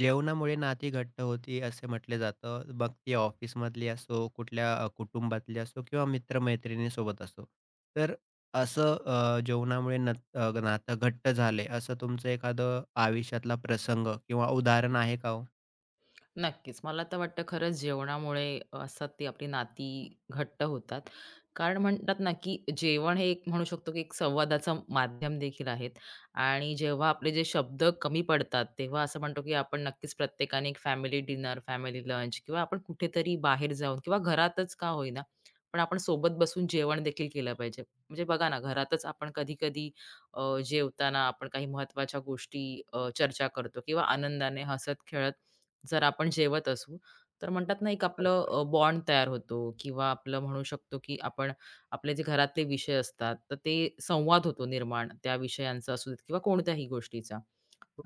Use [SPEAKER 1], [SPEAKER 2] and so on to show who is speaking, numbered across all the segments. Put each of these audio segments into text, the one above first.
[SPEAKER 1] जेवणामुळे नाती घट्ट होती असे म्हटले जातं. मग ती ऑफिसमधली असो, कुटुंबातली असो किंवा मित्र-मैत्रिणीसोबत असो. तर जेवणामुळे नातं घट्ट झाले असं तुमचं एखादं आयुष्यातला प्रसंग किंवा उदाहरण आहे का हो?
[SPEAKER 2] नक्कीच. मला तर वाटतं खरंच जेवणामुळे असतात ती आपली नाती घट्ट होतात. कारण म्हणतात ना, की जेवण हे एक म्हणू शकतो, की एक संवादाचं माध्यम देखील आहे. आणि जेव्हा आपले जे शब्द कमी पडतात, तेव्हा असं म्हणतो, की आपण नक्कीच प्रत्येकाने एक फॅमिली डिनर, फॅमिली लंच किंवा आपण कुठेतरी बाहेर जाऊन किंवा घरातच का होईना, पण आपण सोबत बसून जेवण देखील केलं पाहिजे. म्हणजे बघा ना, घरातच आपण कधी-कधी जेवताना आपण काही महत्त्वाच्या गोष्टी चर्चा करतो किंवा आनंदाने हसत-खेळत जर आपण जेवत असू, तर म्हणतात ना, एक
[SPEAKER 1] बरोबर.
[SPEAKER 2] आपलं बॉन्ड तयार होतो किंवा आपलं म्हणू शकतो, की आपण आपले जे घरातले विषय असतात, तर ते संवाद होतो निर्माण त्या विषयांचा असू देत किंवा कोणत्याही गोष्टीचा.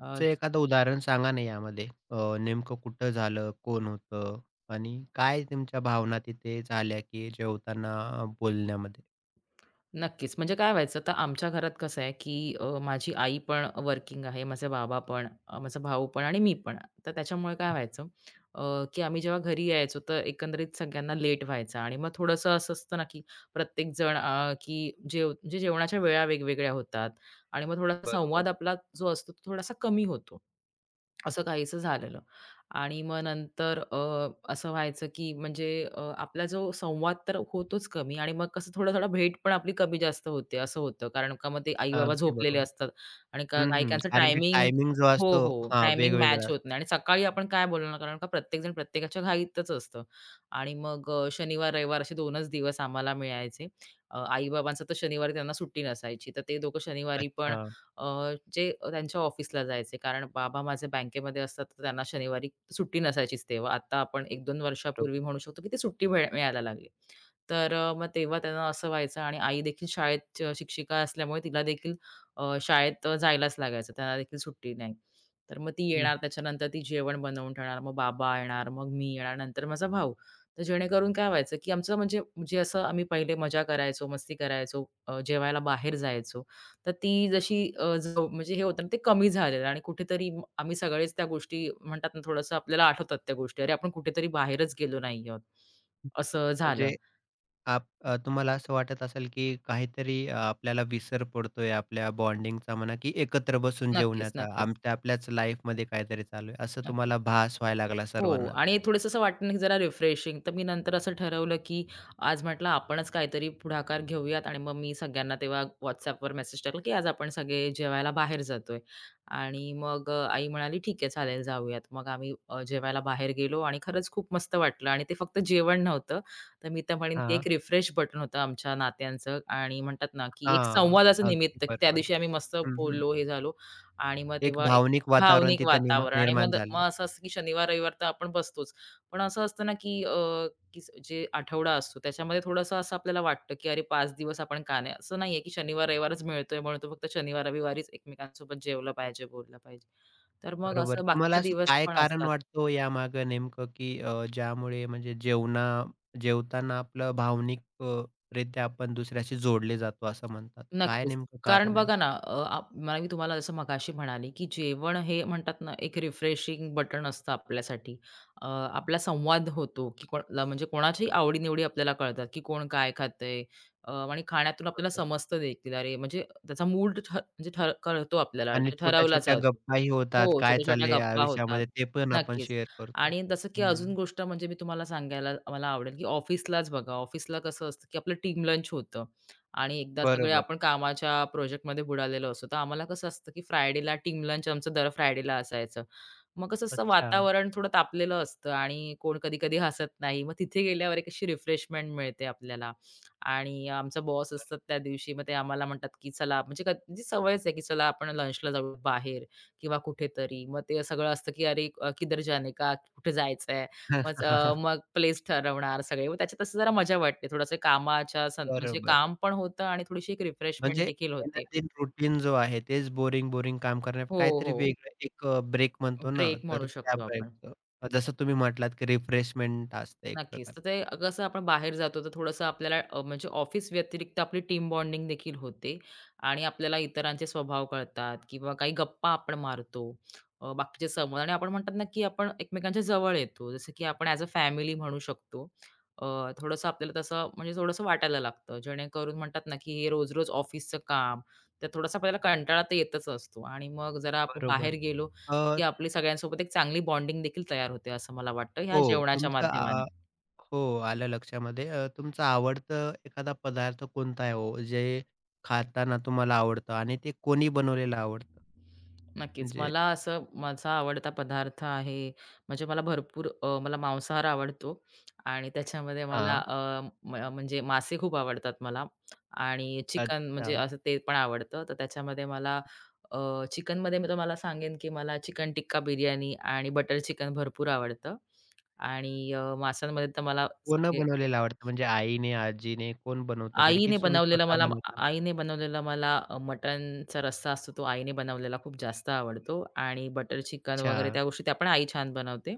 [SPEAKER 2] अ,
[SPEAKER 1] एखादं उदाहरण सांगा ना यामध्ये. नेमकं कुठं झालं, कोण होतं आणि काय तुमच्या भावना तिथे झाल्या की जेवताना बोलण्यामध्ये?
[SPEAKER 2] नक्कीच. म्हणजे काय व्हायचं तर आमच्या घरात कसं आहे, की माझी आई पण वर्किंग आहे, माझे बाबा पण, माझा भाऊ पण आणि मी पण. तर त्याच्यामुळे काय व्हायचं, अ, की आम्ही जेव्हा घरी यायचो तर एकंदरीत सगळ्यांना लेट व्हायचा आणि मग थोडंसं असं असतं ना, की प्रत्येक जण की जेवणाच्या वेळा वेगवेगळ्या होतात आणि मग थोडासा
[SPEAKER 1] बरोबर.
[SPEAKER 2] संवाद आपला जो असतो तो थोडासा कमी होतो. असं काहीसं झालेलं. आणि मग नंतर असं व्हायचं की म्हणजे आपला जो संवाद तर होतोच कमी आणि मग कसं थोडं-थोडं भेट पण आपली कमी जास्त होते, असं होतं. कारण का मग ते आई-बाबा
[SPEAKER 1] अगदी
[SPEAKER 2] झोपलेले
[SPEAKER 1] बरोबर.
[SPEAKER 2] असतात आणि का
[SPEAKER 1] हं, हं.
[SPEAKER 2] काही-काहींचं
[SPEAKER 1] कारण की
[SPEAKER 2] टायमिंग
[SPEAKER 1] टायमिंग जो
[SPEAKER 2] हो,
[SPEAKER 1] असतो
[SPEAKER 2] हो.
[SPEAKER 1] हां,
[SPEAKER 2] टायमिंग मॅच
[SPEAKER 1] वेगवेगळा
[SPEAKER 2] होत
[SPEAKER 1] असतो.
[SPEAKER 2] नाही आणि सकाळी आपण काय बोलणार कारण का प्रत्येकजण प्रत्येकाच्या घाईतच असतं. आणि मग शनिवार, रविवार असे 2च दिवस आम्हाला मिळायचे. आई-बाबांचं तर शनिवारी त्यांना सुट्टी नसायची. तर ते दोघं शनिवारी पण
[SPEAKER 1] अच्छा,
[SPEAKER 2] जे त्यांच्या ऑफिसला जायचे. कारण बाबा माझे बँकेमध्ये असतात, तर त्यांना शनिवारी सुट्टी नसायचीच तेव्हा. आता आपण 1-2 वर्षापूर्वी
[SPEAKER 1] बरोबर.
[SPEAKER 2] म्हणू शकतो, की ती सुट्टी मिळायला लागली. तर मग तेव्हा त्यांना असं व्हायचं आणि आई देखील शाळेत शिक्षिका असल्यामुळे तिला देखील शाळेत जायलाच लागायचं. त्यांना देखील सुट्टी नाही. तर मग ती
[SPEAKER 1] हं,
[SPEAKER 2] येणार, त्याच्यानंतर ती जेवण बनवून ठेवणार, मग बाबा येणार, मग मी येणार, नंतर माझा भाऊ. तर जेणेकरून काय व्हायचं, की आमचं म्हणजे जे असं आम्ही पहिले मजा करायचो, मस्ती करायचो, जेवायला बाहेर जायचो. तर ती जशी अ, जो म्हणजे हे होतं ना, ते कमी झालेलं आणि कुठेतरी आम्ही सगळेच त्या गोष्टी म्हणतात ना, थोडंसं आपल्याला आठवतात त्या गोष्टी. अरे, आपण कुठेतरी बाहेरच गेलो नाही आहोत,
[SPEAKER 1] हं.
[SPEAKER 2] असं झालं.
[SPEAKER 1] म्हणजे तुम्हाला असं वाटत असेल की काहीतरी आपल्याला विसर पडतोय आपल्या बॉन्डिंगचा म्हणा की एकत्र बसून
[SPEAKER 2] नक्कीच,
[SPEAKER 1] जेवण्याचा.
[SPEAKER 2] नक्कीच,
[SPEAKER 1] आमच्या आपल्याच लाईफमध्ये काहीतरी चालू आहे, असं
[SPEAKER 2] नक्कीच.
[SPEAKER 1] तुम्हाला भास व्हायला लागला
[SPEAKER 2] हो,
[SPEAKER 1] सर्वांनाच.
[SPEAKER 2] आणि थोडंसं असं वाटलं की जरा रिफ्रेशिंग. तर मी नंतर असं ठरवलं की आज म्हटलं आपणच काहीतरी पुढाकार घेऊयात आणि मग मी सगळ्यांना तेव्हा WhatsAppवर मेसेज टाकला की आज आपण सगळे जेवायला बाहेर जातोय. आणि मग आई म्हणाली, "ठीक आहे, चालेल जाऊयात." मग आम्ही जेवायला बाहेर गेलो आणि खरंच खूप मस्त वाटलं आणि ते फक्त जेवण नव्हतं. तर मी तर म्हणेन ते
[SPEAKER 1] हां,
[SPEAKER 2] एक रिफ्रेश बटन होतं आमच्या नात्यांचं आणि म्हणतात ना, की एक
[SPEAKER 1] हां.
[SPEAKER 2] संवादाचं निमित्त.
[SPEAKER 1] अगदी
[SPEAKER 2] की त्या
[SPEAKER 1] बरोबर.
[SPEAKER 2] दिवशी आम्ही मस्त
[SPEAKER 1] हं, हं.
[SPEAKER 2] बोललो, हे झालो. आणि मग
[SPEAKER 1] एक
[SPEAKER 2] तेव्हा
[SPEAKER 1] भावनिक वातावरण
[SPEAKER 2] भावनिक
[SPEAKER 1] तिथं
[SPEAKER 2] वातावरण आणि
[SPEAKER 1] निर्माण
[SPEAKER 2] मग मग
[SPEAKER 1] झालं.
[SPEAKER 2] असं असतं, की शनिवार, रविवार तर आपण बसतोच. पण असं असतं ना, की की जे आठवडा असतो त्याच्यामध्ये थोडंसं असं आपल्याला वाटतं, की अरे 5 दिवस आपण का नाही असं नाहीये, की शनिवार, रविवारच मिळतोय म्हणून तो फक्त शनिवार, रविवारीच एकमेकांसोबत जेवलं पाहिजे, बोललं पाहिजे. तर मग
[SPEAKER 1] बरोबर.
[SPEAKER 2] असं
[SPEAKER 1] तुम्हाला
[SPEAKER 2] बाकीचे
[SPEAKER 1] असं
[SPEAKER 2] दिवस
[SPEAKER 1] काय
[SPEAKER 2] पण
[SPEAKER 1] कारण
[SPEAKER 2] असतात.
[SPEAKER 1] वाटतं हो यामागे नेमकं, की ज्यामुळे म्हणजे जेवताना आपलं भावनिक रित्या आपण दुसऱ्याशी जोडले जातो असं म्हणतात. काय
[SPEAKER 2] नक्कीच.
[SPEAKER 1] नेमकं
[SPEAKER 2] कारण
[SPEAKER 1] कारण आहे?
[SPEAKER 2] बघा ना, अ, आप मला मी तुम्हाला जसं मगाशी म्हणाले, की जेवण हे म्हणतात ना, एक रिफ्रेशिंग बटन असतं आपल्यासाठी. आपला संवाद होतो, की म्हणजे कोणाच्याही आवडी-निवडी आपल्याला कळतात, की कोण काय खातंय. आणि खाण्यातून आपल्याला
[SPEAKER 1] बरोबर
[SPEAKER 2] समजतं देखील. अरे, म्हणजे त्याचा मूड म्हणजे ठ कळतो आपल्याला,
[SPEAKER 1] आणि
[SPEAKER 2] म्हणजे ठरवला
[SPEAKER 1] छोट्या-छोट्या
[SPEAKER 2] जातो.
[SPEAKER 1] गप्पाही होतात.
[SPEAKER 2] हो,
[SPEAKER 1] काय
[SPEAKER 2] छोट्या-छोट्या
[SPEAKER 1] चाललंय
[SPEAKER 2] गप्पा होतात.
[SPEAKER 1] आयुष्यामध्ये ते पण आपण
[SPEAKER 2] नक्कीच.
[SPEAKER 1] शेअर करतो.
[SPEAKER 2] आणि जसं की
[SPEAKER 1] हं.
[SPEAKER 2] अजून गोष्ट म्हणजे मी तुम्हाला सांगायला मला आवडेल, की ऑफिसलाच बघा, ऑफिसला कसं असतं, की आपलं टीम लंच होतं आणि एकदा सगळे
[SPEAKER 1] बरोबर.
[SPEAKER 2] आपण कामाच्या प्रोजेक्टमध्ये बुडालेलो असतो. तर आम्हाला कसं असतं, की फ्रायडेला टीम लंच आमचं दर फ्रायडेला असायचं. मग कसं असतं
[SPEAKER 1] अच्छा.
[SPEAKER 2] वातावरण थोडं तापलेलं असतं आणि कोण कधी-कधी हसत नाही. मग तिथे गेल्यावर एक अशी रिफ्रेशमेंट मिळते आपल्याला. आणि आमचा बॉस असतात त्या दिवशी. मग ते आम्हाला म्हणतात, की चला म्हणजे जी सवयच आहे, की चला आपण लंचला जाऊ बाहेर. किंवा कुठेतरी. मग ते सगळं असतं की "अरे किधर जाने का? कुठे जायचंय?" मग अ, मग प्लेस ठरवणार सगळे. मग त्याच्यात असं जरा मजा वाटते. थोडंसं कामाच्या सं म्हणजे
[SPEAKER 1] बरोबर.
[SPEAKER 2] काम पण होतं आणि थोडीशी एक रिफ्रेशमेंट
[SPEAKER 1] म्हणजे
[SPEAKER 2] देखील होते.
[SPEAKER 1] दैनंदिन रूटीन जो आहे तेच बोरिंग, बोरिंग काम करण्या
[SPEAKER 2] हो,
[SPEAKER 1] काहीतरी
[SPEAKER 2] हो.
[SPEAKER 1] वेगळं एक ब्रेक म्हणतो ना,
[SPEAKER 2] ब्रेक
[SPEAKER 1] तर
[SPEAKER 2] म्हणू
[SPEAKER 1] त्या
[SPEAKER 2] शकतो आपण.
[SPEAKER 1] ब्रेकचं जसं तुम्ही म्हटलात, की रिफ्रेशमेंट असतं एक
[SPEAKER 2] नक्कीच.
[SPEAKER 1] प्रकार.
[SPEAKER 2] तर ते कसं आपण बाहेर जातो तर थोडंसं आपल्याला म्हणजे ऑफिस व्यतिरिक्त आपली टीम बॉन्डिंग देखील होते आणि आपल्याला इतरांचे स्वभाव कळतात किंवा काही गप्पा आपण मारतो. बाकीचे संवाद आणि आपण म्हणतात ना, की आपण एकमेकांच्या जवळ येतो. जसं की आपण ॲज अ फॅमिली म्हणू शकतो. अ, थोडंसं आपल्याला तसं म्हणजे थोडंसं वाटायला लागतं. जेणेकरून म्हणतात ना, की हे रोज-रोज ऑफिसचं काम, तर थोडासा आपल्याला कंटाळा तर येतच असतो आणि मग जरा आपण बाहेर
[SPEAKER 1] बरोबर.
[SPEAKER 2] गेलो,
[SPEAKER 1] अ,
[SPEAKER 2] की आपली सगळ्यांसोबत एक चांगली बॉन्डिंग देखील तयार होते असं मला वाटतं ह्या
[SPEAKER 1] हो,
[SPEAKER 2] जेवणाच्या
[SPEAKER 1] तुमचं
[SPEAKER 2] माध्यमाने.
[SPEAKER 1] हो, आलं लक्षामध्ये. तुमचं आवडतं एखादा पदार्थ कोणता आहे हो, जे खाताना तुम्हाला आवडतं आणि ते कोणी बनवलेलं आवडतं?
[SPEAKER 2] नक्कीच.
[SPEAKER 1] म्हणजे
[SPEAKER 2] मला असं माझा आवडता पदार्थ आहे, म्हणजे मला भरपूर मला मांसाहार आवडतो आणि त्याच्यामध्ये मला
[SPEAKER 1] हां,
[SPEAKER 2] अ, म म्हणजे मासे खूप आवडतात मला आणि चिकन
[SPEAKER 1] अच्छा.
[SPEAKER 2] म्हणजे असं ते पण आवडतं. तर त्याच्यामध्ये मला चिकनमध्ये मी तुम्हाला सांगेन, की मला चिकन टिक्का बिर्याणी आणि बटर चिकन भरपूर आवडतं. आणि माशांमध्ये तर मला
[SPEAKER 1] कोण
[SPEAKER 2] सगळे
[SPEAKER 1] बनवलेलं आवडतं? म्हणजे आईने, आजीने कोण बनवतं घरी की
[SPEAKER 2] आईने
[SPEAKER 1] तुम्ही
[SPEAKER 2] बनवलेला
[SPEAKER 1] स्वतः
[SPEAKER 2] मला
[SPEAKER 1] बनवता?
[SPEAKER 2] मटणचा रस्सा असतो तो आईने बनवलेला खूप जास्त आवडतो आणि बटर चिकन वगैरे
[SPEAKER 1] अच्छा.
[SPEAKER 2] त्या गोष्टी त्या पण आई छान बनवते.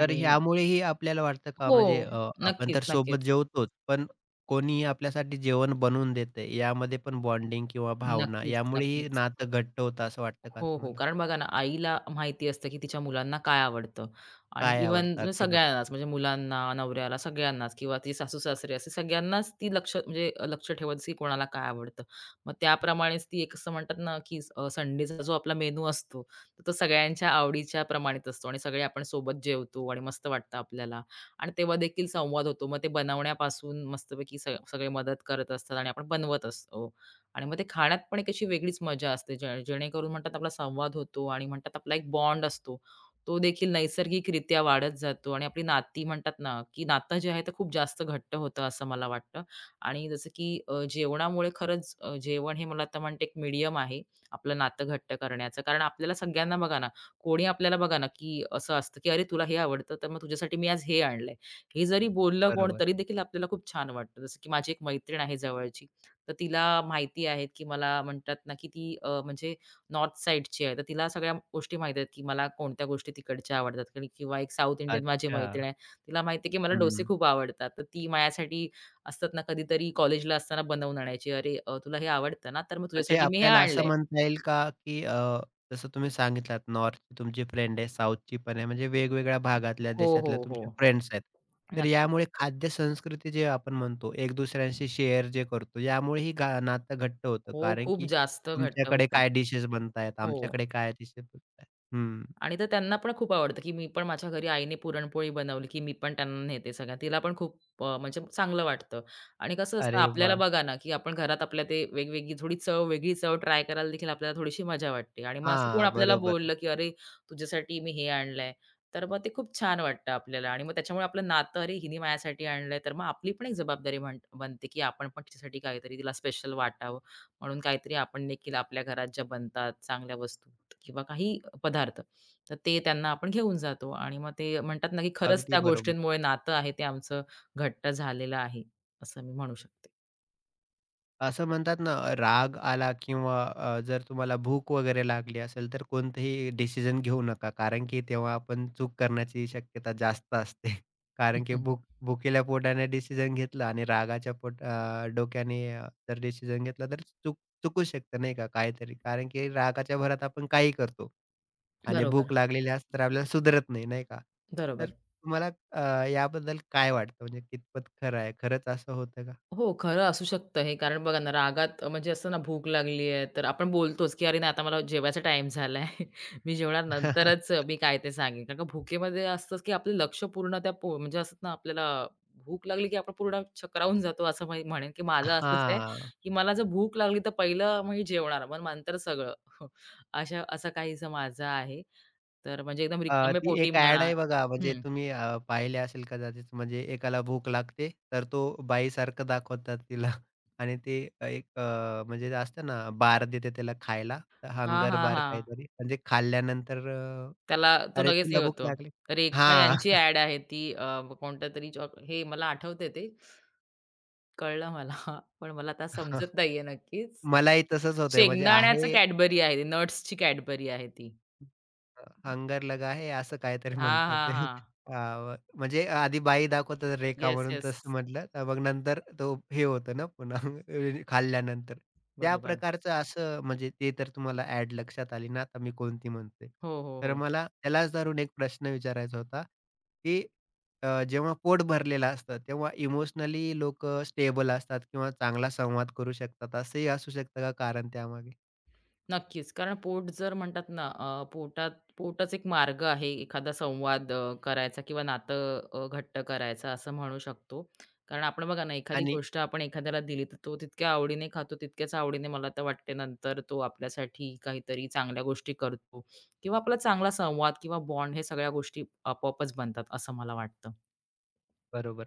[SPEAKER 1] तर ह्यामुळेही आपल्याला वाटतं का
[SPEAKER 2] हो.
[SPEAKER 1] म्हणजे आपण
[SPEAKER 2] नक्कीच,
[SPEAKER 1] तर सोबत
[SPEAKER 2] नक्कीच.
[SPEAKER 1] जेवतोच, पण कोणीही आपल्यासाठी जेवण बनवून देतंय, यामध्ये पण बॉन्डिंग किंवा भावना
[SPEAKER 2] नक्कीच,
[SPEAKER 1] यामुळेही
[SPEAKER 2] नक्कीच.
[SPEAKER 1] नातं घट्ट होतं असं वाटतं का
[SPEAKER 2] हो, हो.
[SPEAKER 1] तुम्हाला?
[SPEAKER 2] कारण बघा ना, आईला माहिती असतं, की तिच्या मुलांना काय आवडतं. आणि
[SPEAKER 1] काय आवडतं
[SPEAKER 2] इव्हन
[SPEAKER 1] अगदी बरोबर.
[SPEAKER 2] सगळ्यांनाच म्हणजे मुलांना, नवऱ्याला सगळ्यांनाच किंवा ती सासू-सासरे असे सगळ्यांनाच ती लक्ष ठेवत की कोणाला काय आवडतं. मग त्याप्रमाणेच ती एक असं म्हणतात ना, की संडेचा जो आपला मेनू असतो, तर तो सगळ्यांच्या आवडीच्या प्रमाणित असतो आणि सगळे आपण सोबत जेवतो आणि मस्त वाटतं आपल्याला. आणि तेव्हा देखील संवाद होतो. मग ते बनवण्यापासून मस्तपैकी सगळे मदत करत असतात आणि आपण बनवत असतो आणि मग ते खाण्यात पण एक अशी वेगळीच मजा असते जे जेणेकरून म्हणतात आपला संवाद होतो आणि म्हणतात आपला एक बॉन्ड असतो. तो देखील नैसर्गिकरित्या वाढत जातो आणि आपली नाती म्हणतात ना, की नातं जे आहे ते खूप जास्त घट्ट होतं असं मला वाटतं. आणि जसं की अ, जेवणामुळे खरंच अ, जेवण हे मला तर म्हणते एक मीडियम आहे आपलं नातं घट्ट करण्याचं. कारण आपल्याला सगळ्यांना बघा ना, कोणी आपल्याला बघा ना, की असं असतं, की "अरे तुला हे आवडतं तर मग तुझ्यासाठी मी आज हे आणलंय." हे जरी बोललं कोण
[SPEAKER 1] बरोबर.
[SPEAKER 2] तरी देखील आपल्याला खूप छान वाटतं. जसं की माझी एक मैत्रीण आहे जवळची. तर तिला माहिती आहेत, की मला म्हणतात ना, की ती म्हणजे नॉर्थ साइडची आहे. तर तिला सगळ्या गोष्टी माहीत आहेत, की मला कोणत्या गोष्टी तिकडच्या आवडतात कारण किंवा एक साउथ इंडियन माझी
[SPEAKER 1] अच्छा.
[SPEAKER 2] मैत्रीण आहे. तिला माहिती आहे, की मला डोसे
[SPEAKER 1] हं.
[SPEAKER 2] खूप आवडतात. तर ती माझ्यासाठी असतात ना, कधीतरी कॉलेजला असताना बनवून आणायची. "अरे, तुला हे आवडतं ना? तर मग
[SPEAKER 1] म्हणजे
[SPEAKER 2] तुझ्यासाठी मी हे
[SPEAKER 1] आपल्याला असं
[SPEAKER 2] आणलंय."
[SPEAKER 1] म्हणता येईल का, की जसं तुम्ही सांगितलात नॉर्थची तुमची फ्रेंड आहे, साऊथची पण आहे, म्हणजे वेगवेगळ्या भागातल्या,
[SPEAKER 2] हो,
[SPEAKER 1] देशातल्या
[SPEAKER 2] हो, हो.
[SPEAKER 1] तुमचे फ्रेंड्स आहेत. तर
[SPEAKER 2] नक्कीच.
[SPEAKER 1] यामुळे खाद्य संस्कृती जे आपण म्हणतो, एक दुसऱ्यांशी शेअर जे करतो, यामुळेही नातं घट्ट होतं.
[SPEAKER 2] हो,
[SPEAKER 1] कारण
[SPEAKER 2] खूप
[SPEAKER 1] की
[SPEAKER 2] जास्त घट्ट
[SPEAKER 1] तुमच्याकडे
[SPEAKER 2] होतं.
[SPEAKER 1] काय डिशेस बनतायत,
[SPEAKER 2] हो.
[SPEAKER 1] आमच्याकडे काय डिशेस बनतायत. हं.
[SPEAKER 2] आणि तर त्यांना पण खूप आवडतं, की मी पण माझ्या घरी आईने पुरणपोळी बनवली, की मी पण त्यांना नेते सगळ्या. तिला पण खूप म्हणजे चांगलं वाटतं. आणि कसं असतं
[SPEAKER 1] अरे
[SPEAKER 2] आपल्याला
[SPEAKER 1] वाह!
[SPEAKER 2] बघा ना, की आपण घरात आपल्या ते वेगवेगळी थोडी चव, वेगळी चव ट्राय करायला देखील आपल्याला थोडीशी मजा वाटते. आणि मग असं कोण
[SPEAKER 1] हां,
[SPEAKER 2] आपल्याला
[SPEAKER 1] बरोबर.
[SPEAKER 2] बोललं, की "अरे, तुझ्यासाठी मी हे आणलंय." तर मग ते खूप छान वाटतं आपल्याला. आणि मग त्याच्यामुळे आपलं नातं, "अरे, हिने माझ्यासाठी आणलंय." तर मग आपली पण एक जबाबदारी बनते, की आपण पण तिच्यासाठी काहीतरी तिला स्पेशल वाटावं. म्हणून काहीतरी आपण देखील आपल्या घरात ज्या बनतात चांगल्या वस्तू किंवा काही पदार्थ, तर ते त्यांना आपण घेऊन जातो आणि मग ते म्हणतात ना, की खरंच
[SPEAKER 1] अगदी
[SPEAKER 2] त्या
[SPEAKER 1] बरोबर.
[SPEAKER 2] गोष्टींमुळे नातं आहे ते आमचं घट्ट झालेलं आहे, असं मी म्हणू शकते.
[SPEAKER 1] असं म्हणतात ना राग आला किंवा जर तुम्हाला भूक वगैरे लागली असेल तर कोणतेही डिसिजन घेऊ नका. कारण की तेव्हा आपण चूक करण्याची शक्यता जास्त असते. कारण की भूक भुकेल्या पोटाने डिसिजन घेतलं आणि रागाच्या डोक्याने जर डिसिजन घेतला तर चुकू शकतं नाही का काहीतरी. कारण की रागाच्या भरात आपण काही करतो आणि
[SPEAKER 2] बरोबर,
[SPEAKER 1] भूक लागलेली असते तर आपल्याला सुधरत नाही, नाही का? तर
[SPEAKER 2] बरोबर.
[SPEAKER 1] तुम्हाला याबद्दल काय वाटतं म्हणजे कितपत खरं आहे? खरंच असं होतं का?
[SPEAKER 2] हो, खरं असू शकतं हे. कारण बघा ना, रागात म्हणजे असं ना, भूक लागली आहे, तर आपण बोलतोच, की "अरे नाही, आता मला जेवायचा टाईम झाला. मी जेवणार नंतरच मी काय ते सांगेन." कारण का भुकेमध्ये असतंच, की आपलं लक्ष पूर्ण त्या पो म्हणजे असतात ना, आपल्याला भूक लागली, की आपण पूर्ण चक्रावून जातो, असं मी म्हणेन, की माझं असंच आहे,
[SPEAKER 1] हां.
[SPEAKER 2] की मला जर भूक लागली, तर पहिलं मी जेवणार, मग नंतर सगळं. असं काहीसं माझं आहे. तर म्हणजे एकदम रिकाम्या
[SPEAKER 1] ती
[SPEAKER 2] पोटी
[SPEAKER 1] एक ॲड
[SPEAKER 2] म्हणा.
[SPEAKER 1] आहे बघा, म्हणजे
[SPEAKER 2] हं.
[SPEAKER 1] तुम्ही पाहिले असेल कदाचित, म्हणजे एकाला भूक लागते, तर तो बाईसारखं दाखवतात तिला आणि ते एक अ, म्हणजे असतं ना, बार देते त्याला खायला,
[SPEAKER 2] हां,
[SPEAKER 1] हंगर
[SPEAKER 2] हां,
[SPEAKER 1] बार
[SPEAKER 2] हां.
[SPEAKER 1] काहीतरी, म्हणजे खाल्ल्यानंतर
[SPEAKER 2] त्याला तो
[SPEAKER 1] "अरे,
[SPEAKER 2] लगेच
[SPEAKER 1] तुला
[SPEAKER 2] हे
[SPEAKER 1] भूक
[SPEAKER 2] होतो.
[SPEAKER 1] लागली."
[SPEAKER 2] रेखा
[SPEAKER 1] हां,
[SPEAKER 2] यांची ॲड आहे ती कोणत्या तरी जॉब हे मला आठवतंय ते कळलं मला, पण मला आता समजत नाहीये नक्कीच.
[SPEAKER 1] मलाही तसंच होतंय, म्हणजे
[SPEAKER 2] शेंगदाण्याचं
[SPEAKER 1] आहे
[SPEAKER 2] Cadbury आहे, नट्सची Cadbury आहे ती.
[SPEAKER 1] हंगर लगा है असं काहीतरी
[SPEAKER 2] हां,
[SPEAKER 1] म्हणतात
[SPEAKER 2] हां,
[SPEAKER 1] ते.
[SPEAKER 2] हां.
[SPEAKER 1] म्हणजे आधी बाई दाखवतात रेखा
[SPEAKER 2] येस,
[SPEAKER 1] म्हणून
[SPEAKER 2] येस.
[SPEAKER 1] तसं म्हटलं. मग नंतर तो हे होतं ना पुन्हा खाल्ल्यानंतर. त्या
[SPEAKER 2] बरोबर.
[SPEAKER 1] प्रकारचं असं म्हणजे ते तर तुम्हाला ॲड लक्षात आली ना आता मी कोणती म्हणतोय.
[SPEAKER 2] हो, हो,
[SPEAKER 1] तर
[SPEAKER 2] हो.
[SPEAKER 1] मला त्यालाच धरून एक प्रश्न विचारायचा होता, की जेव्हा पोट भरलेलं असतं तेव्हा इमोशनली लोकं स्टेबल असतात किंवा चांगला संवाद करू शकतात असंही असू शकतं का कारण त्यामागे?
[SPEAKER 2] नक्कीच. कारण पोट जर म्हणतात ना, अ, पोटात पोटच एक मार्ग आहे एखादा संवाद करायचा किंवा नातं घट्ट करायचा, असं म्हणू शकतो. कारण आपण बघा ना, एखादी गोष्ट आपण एखाद्याला दिली, तर तो तितक्या आवडीने खातो, तितक्याच आवडीने मला तर वाटते नंतर तो आपल्यासाठी काहीतरी चांगल्या गोष्टी करतो किंवा आपला चांगला संवाद किंवा बॉन्ड हे सगळ्या गोष्टी आपोआपच बनतात असं मला वाटतं.
[SPEAKER 1] बरोबर.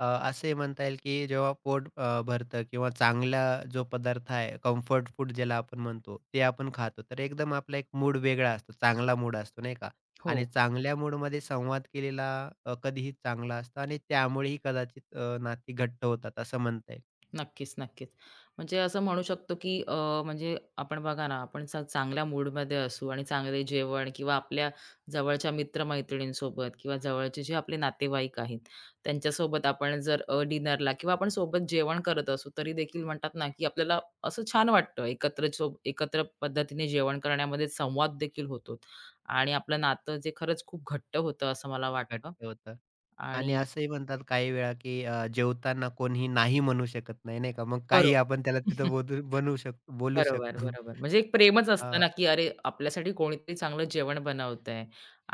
[SPEAKER 1] अ, असंही म्हणता येईल की जेव्हा पोट भरतं किंवा चांगला जो पदार्थ आहे, कम्फर्ट फूड ज्याला आपण म्हणतो, ते आपण खातो. तर एकदम आपला एक मूड वेगळा असतो, चांगला मूड असतो नाही का?
[SPEAKER 2] हो.
[SPEAKER 1] आणि चांगल्या मूडमध्ये संवाद केलेला कधीही चांगला असतो आणि त्यामुळेही कदाचित नाती घट्ट होतात असं म्हणता येईल.
[SPEAKER 2] नक्कीच, नक्कीच. म्हणजे असं म्हणू शकतो, की म्हणजे आपण बघा ना, आपण चा चांगल्या मूडमध्ये असू आणि चांगले जेवण किंवा आपल्या जवळच्या मित्र-मैत्रिणींसोबत किंवा जवळचे जे आपले नातेवाईक आहेत, त्यांच्यासोबत आपण जर डिनरला किंवा आपण सोबत जेवण करत असू, तरी देखील म्हणतात ना, की आपल्याला असं छान वाटतं. एकत्र पद्धतीने जेवण करण्यामध्ये संवाद देखील होतो आणि आपलं नातं जे खरंच खूप घट्ट होतं, असं मला वाटतं.
[SPEAKER 1] घट्ट होतं. आणि
[SPEAKER 2] आणि
[SPEAKER 1] असंही म्हणतात काही वेळा की जेवताना कोणीही नाही म्हणू शकत नाही, नाही का? मग काही आपण त्याला
[SPEAKER 2] बरोबर.
[SPEAKER 1] तिथं बोलू बनवू शक बोलू
[SPEAKER 2] बरोबर,
[SPEAKER 1] शकतो.
[SPEAKER 2] बरोबर. म्हणजे एक प्रेमच
[SPEAKER 1] अ,
[SPEAKER 2] असतं ना, की अरे, आपल्यासाठी कोणीतरी चांगलं जेवण बनवतंय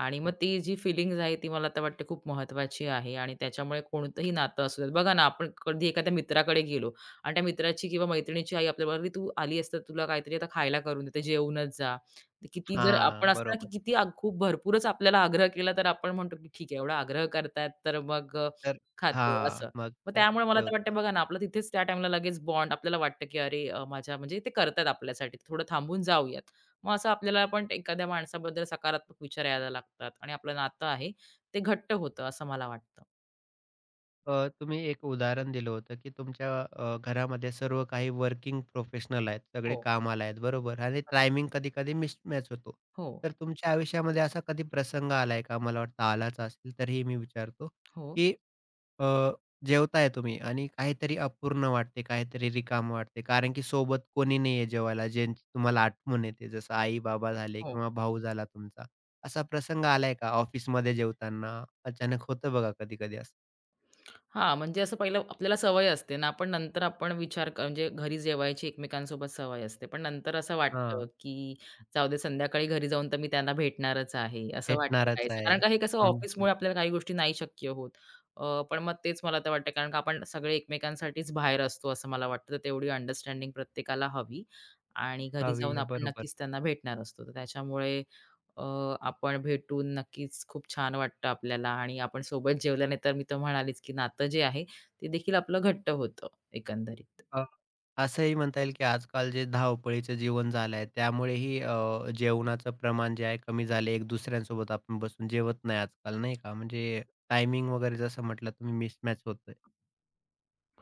[SPEAKER 2] आणि मग ती जी फीलिंग्ज आहे, ती मला तर वाटते खूप महत्त्वाची आहे आणि त्याच्यामुळे कोणतंही नातं असू देत. बघा ना, आपण कधी एखाद्या मित्राकडे गेलो आणि त्या मित्राची किंवा मैत्रिणीची आई आपल्याबरोबर, "अरे, तू आली असती तुला काहीतरी आता खायला करून देते, जेवूनच जा." ते किती जर आपण
[SPEAKER 1] हां,
[SPEAKER 2] असतं ना, की
[SPEAKER 1] बरोबर.
[SPEAKER 2] किती आ खूप भरपूरच आपल्याला आग्रह केला, तर आपण म्हणतो, की "ठीक आहे, एवढा आग्रह करतायत, तर मग
[SPEAKER 1] तर
[SPEAKER 2] खातो."
[SPEAKER 1] हां,
[SPEAKER 2] असं.
[SPEAKER 1] मग
[SPEAKER 2] मग
[SPEAKER 1] तर
[SPEAKER 2] त्यामुळे मला तर
[SPEAKER 1] ठेवतो.
[SPEAKER 2] वाटतं बघा ना, आपलं तिथेच त्या टाईमला लगेच बॉन्ड आपल्याला वाटतं, की अरे माझ्या म्हणजे ते करतायत आपल्यासाठी, थोडं थांबून जाऊयात. मग असं आपल्याला पण एखाद्या माणसाबद्दल सकारात्मक विचार यायला लागतात आणि आपलं नातं आहे ते घट्ट होतं असं मला वाटतं.
[SPEAKER 1] तुम्ही एक उदाहरण दिलं होतं, की तुमच्या घरामध्ये सर्व काही वर्किंग प्रोफेशनल आहेत. सगळे
[SPEAKER 2] हो,
[SPEAKER 1] कामाला आहेत, बरोबर? आणि टायमिंग कधी-कधी मिसमॅच होतो.
[SPEAKER 2] हो,
[SPEAKER 1] तर तुमच्या आयुष्यामध्ये असा कधी प्रसंग आलाय का? मला वाटतं आलाच असेल, तरीही मी विचारतो,
[SPEAKER 2] हो,
[SPEAKER 1] की अ, जेवताय तुम्ही आणि काहीतरी अपूर्ण वाटते, काहीतरी रिकामं वाटते. कारण की सोबत कोणी नाहीये जेवायला, ज्यांची तुम्हाला आठवण येते. जसं आई-बाबा झाले
[SPEAKER 2] हो.
[SPEAKER 1] किंवा भाऊ झाला तुमचा. असा प्रसंग आलाय का ऑफिसमध्ये जेवताना? अचानक होतं बघा कधी-कधी असं.
[SPEAKER 2] हां, म्हणजे असं पहिलं आपल्याला सवय असते ना, पण नंतर आपण विचार क म्हणजे घरी जेवायची एकमेकांसोबत सवय असते. पण नंतर असं वाटतं,
[SPEAKER 1] हां.
[SPEAKER 2] की जाऊ दे संध्याकाळी घरी जाऊन तर मी त्यांना भेटणारच आहे, असं वाटतं
[SPEAKER 1] भेटणारच
[SPEAKER 2] काहीसं.
[SPEAKER 1] आहे.
[SPEAKER 2] कारण का हे कसं
[SPEAKER 1] हं, हं.
[SPEAKER 2] ऑफिसमुळे आपल्याला काही गोष्टी नाही शक्य होत. पण मग तेच मला तर वाटतं, कारण का आपण सगळे एकमेकांसाठीच बाहेर असतो असं मला वाटतं. तर तेवढी अंडरस्टँडिंग प्रत्येकाला हवी आणि घरी
[SPEAKER 1] हवी
[SPEAKER 2] जाऊन
[SPEAKER 1] आहे.
[SPEAKER 2] आपण
[SPEAKER 1] बरोबर.
[SPEAKER 2] नक्कीच त्यांना भेटणार असतो. तर त्याच्यामुळे अ, आपण भेटून नक्कीच खूप छान वाटतं आपल्याला आणि आपण सोबत जेवल्याने तर मी तर म्हणालीच, की नातं जे आहे ते देखील आपलं घट्ट होतं एकंदरीत.
[SPEAKER 1] अ, असंही म्हणता येईल, की आजकाल जे धावपळीचं जीवन झालं आहे, त्यामुळेही जेवणाचं प्रमाण जे आहे कमी झाले. एक दुसऱ्यांसोबत आपण बसून जेवत नाही आजकाल, नाही का? म्हणजे टायमिंग वगैरे जसं म्हटलं तुम्ही मिसमॅच होतोय.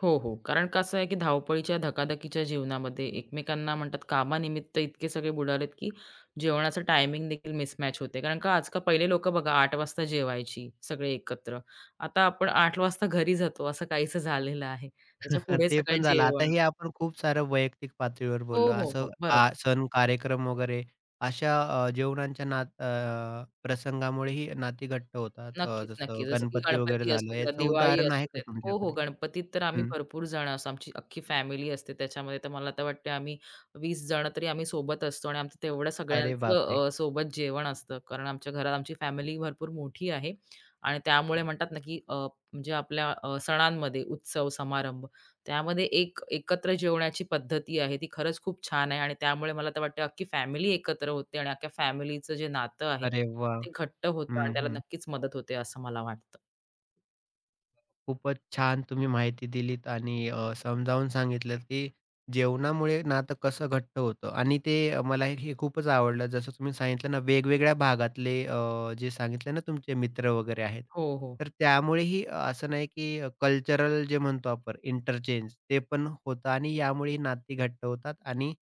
[SPEAKER 2] हो, हो. कारण कसं आहे, की धावपळीच्या धकाधकीच्या जीवनामध्ये एकमेकांना म्हणतात कामानिमित्त इतके सगळे बुडालेत, की जेवणाचं टायमिंग देखील मिसमॅच होते. कारण का आजकाल पहिले लोकं बघा 8 वाजता जेवायची सगळे एकत्र. आता आपण 8 वाजता घरी जातो असं काहीसं झालेलं आहे. त्याच्या पुढे
[SPEAKER 1] ते
[SPEAKER 2] सगळे
[SPEAKER 1] पण झालं. आता
[SPEAKER 2] जेवण
[SPEAKER 1] हे आपण खूप सारं वैयक्तिक पातळीवर
[SPEAKER 2] हो,
[SPEAKER 1] बोललो.
[SPEAKER 2] हो,
[SPEAKER 1] असं
[SPEAKER 2] हो. बरोबर.
[SPEAKER 1] सण, कार्यक्रम वगैरे अशा जेवणांच्या प्रसंगामुळेही नाती घट्ट होतात.
[SPEAKER 2] नक्कीच,
[SPEAKER 1] जसं
[SPEAKER 2] नक्कीच. जसं की
[SPEAKER 1] गणपती वगैरे
[SPEAKER 2] गणपती असू
[SPEAKER 1] झालं,
[SPEAKER 2] द्या,
[SPEAKER 1] याचं
[SPEAKER 2] दिवाळी
[SPEAKER 1] उदाहरण
[SPEAKER 2] असू
[SPEAKER 1] आहे का
[SPEAKER 2] देत. हो, हो.
[SPEAKER 1] तुमच्याकडे?
[SPEAKER 2] गणपतीत तर आम्ही भरपूर जण असतो. आमची अख्खी फॅमिली असते त्याच्यामध्ये. तर मला तर वाटते आम्ही 20 जण तरी आम्ही सोबत असतो आणि आमचं तेवढं
[SPEAKER 1] अरे बापरे!
[SPEAKER 2] सगळ्यांचं सोबत जेवण असतं. कारण आमच्या घरात आमची फॅमिली भरपूर मोठी आहे आणि त्यामुळे म्हणतात ना, की म्हणजे आपल्या सणांमध्ये उत्सव, समारंभ त्यामध्ये एक एकत्र जेवण्याची पद्धती आहे ती खरंच खूप छान आहे आणि त्यामुळे मला तर वाटतं अख्खी फॅमिली एकत्र होते आणि अख्ख्या फॅमिलीचं जे नातं आहे
[SPEAKER 1] अरे वाह!
[SPEAKER 2] ते घट्ट होतं आणि
[SPEAKER 1] हं,
[SPEAKER 2] त्याला
[SPEAKER 1] हं.
[SPEAKER 2] नक्कीच मदत होते असं मला वाटतं.
[SPEAKER 1] खूपच छान तुम्ही माहिती दिलीत आणि समजावून सांगितलं, की जेवणामुळे नातं कसं घट्ट होतं आणि ते मला हे खूपच आवडलं. जसं तुम्ही सांगितलं ना, वेगवेगळ्या भागातले जे सांगितले ना तुमचे मित्र वगैरे आहेत.
[SPEAKER 2] हो, हो.
[SPEAKER 1] तर त्यामुळेही असं नाही, की कल्चरल जे म्हणतो आपण इंटरचेंज ते पण होतं आणि यामुळे नाती घट्ट होतात आणि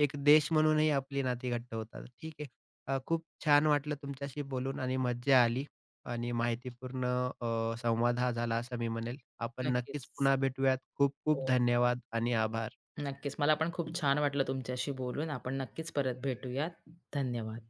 [SPEAKER 1] एक देश म्हणूनही आपली नाती घट्ट होतात. ठीक आहे. खूप छान वाटलं तुमच्याशी बोलून आणि मज्जा आली. आणि माहितीपूर्ण अ, संवाद हा झाला असं मी म्हणेल. आपण नक्कीच
[SPEAKER 2] नक्कीच.
[SPEAKER 1] पुन्हा भेटूयात. खूप खूप
[SPEAKER 2] हो.
[SPEAKER 1] धन्यवाद आणि आभार.
[SPEAKER 2] नक्कीच. मला पण खूप छान वाटलं तुमच्याशी बोलून. आपण नक्कीच परत भेटूयात. धन्यवाद.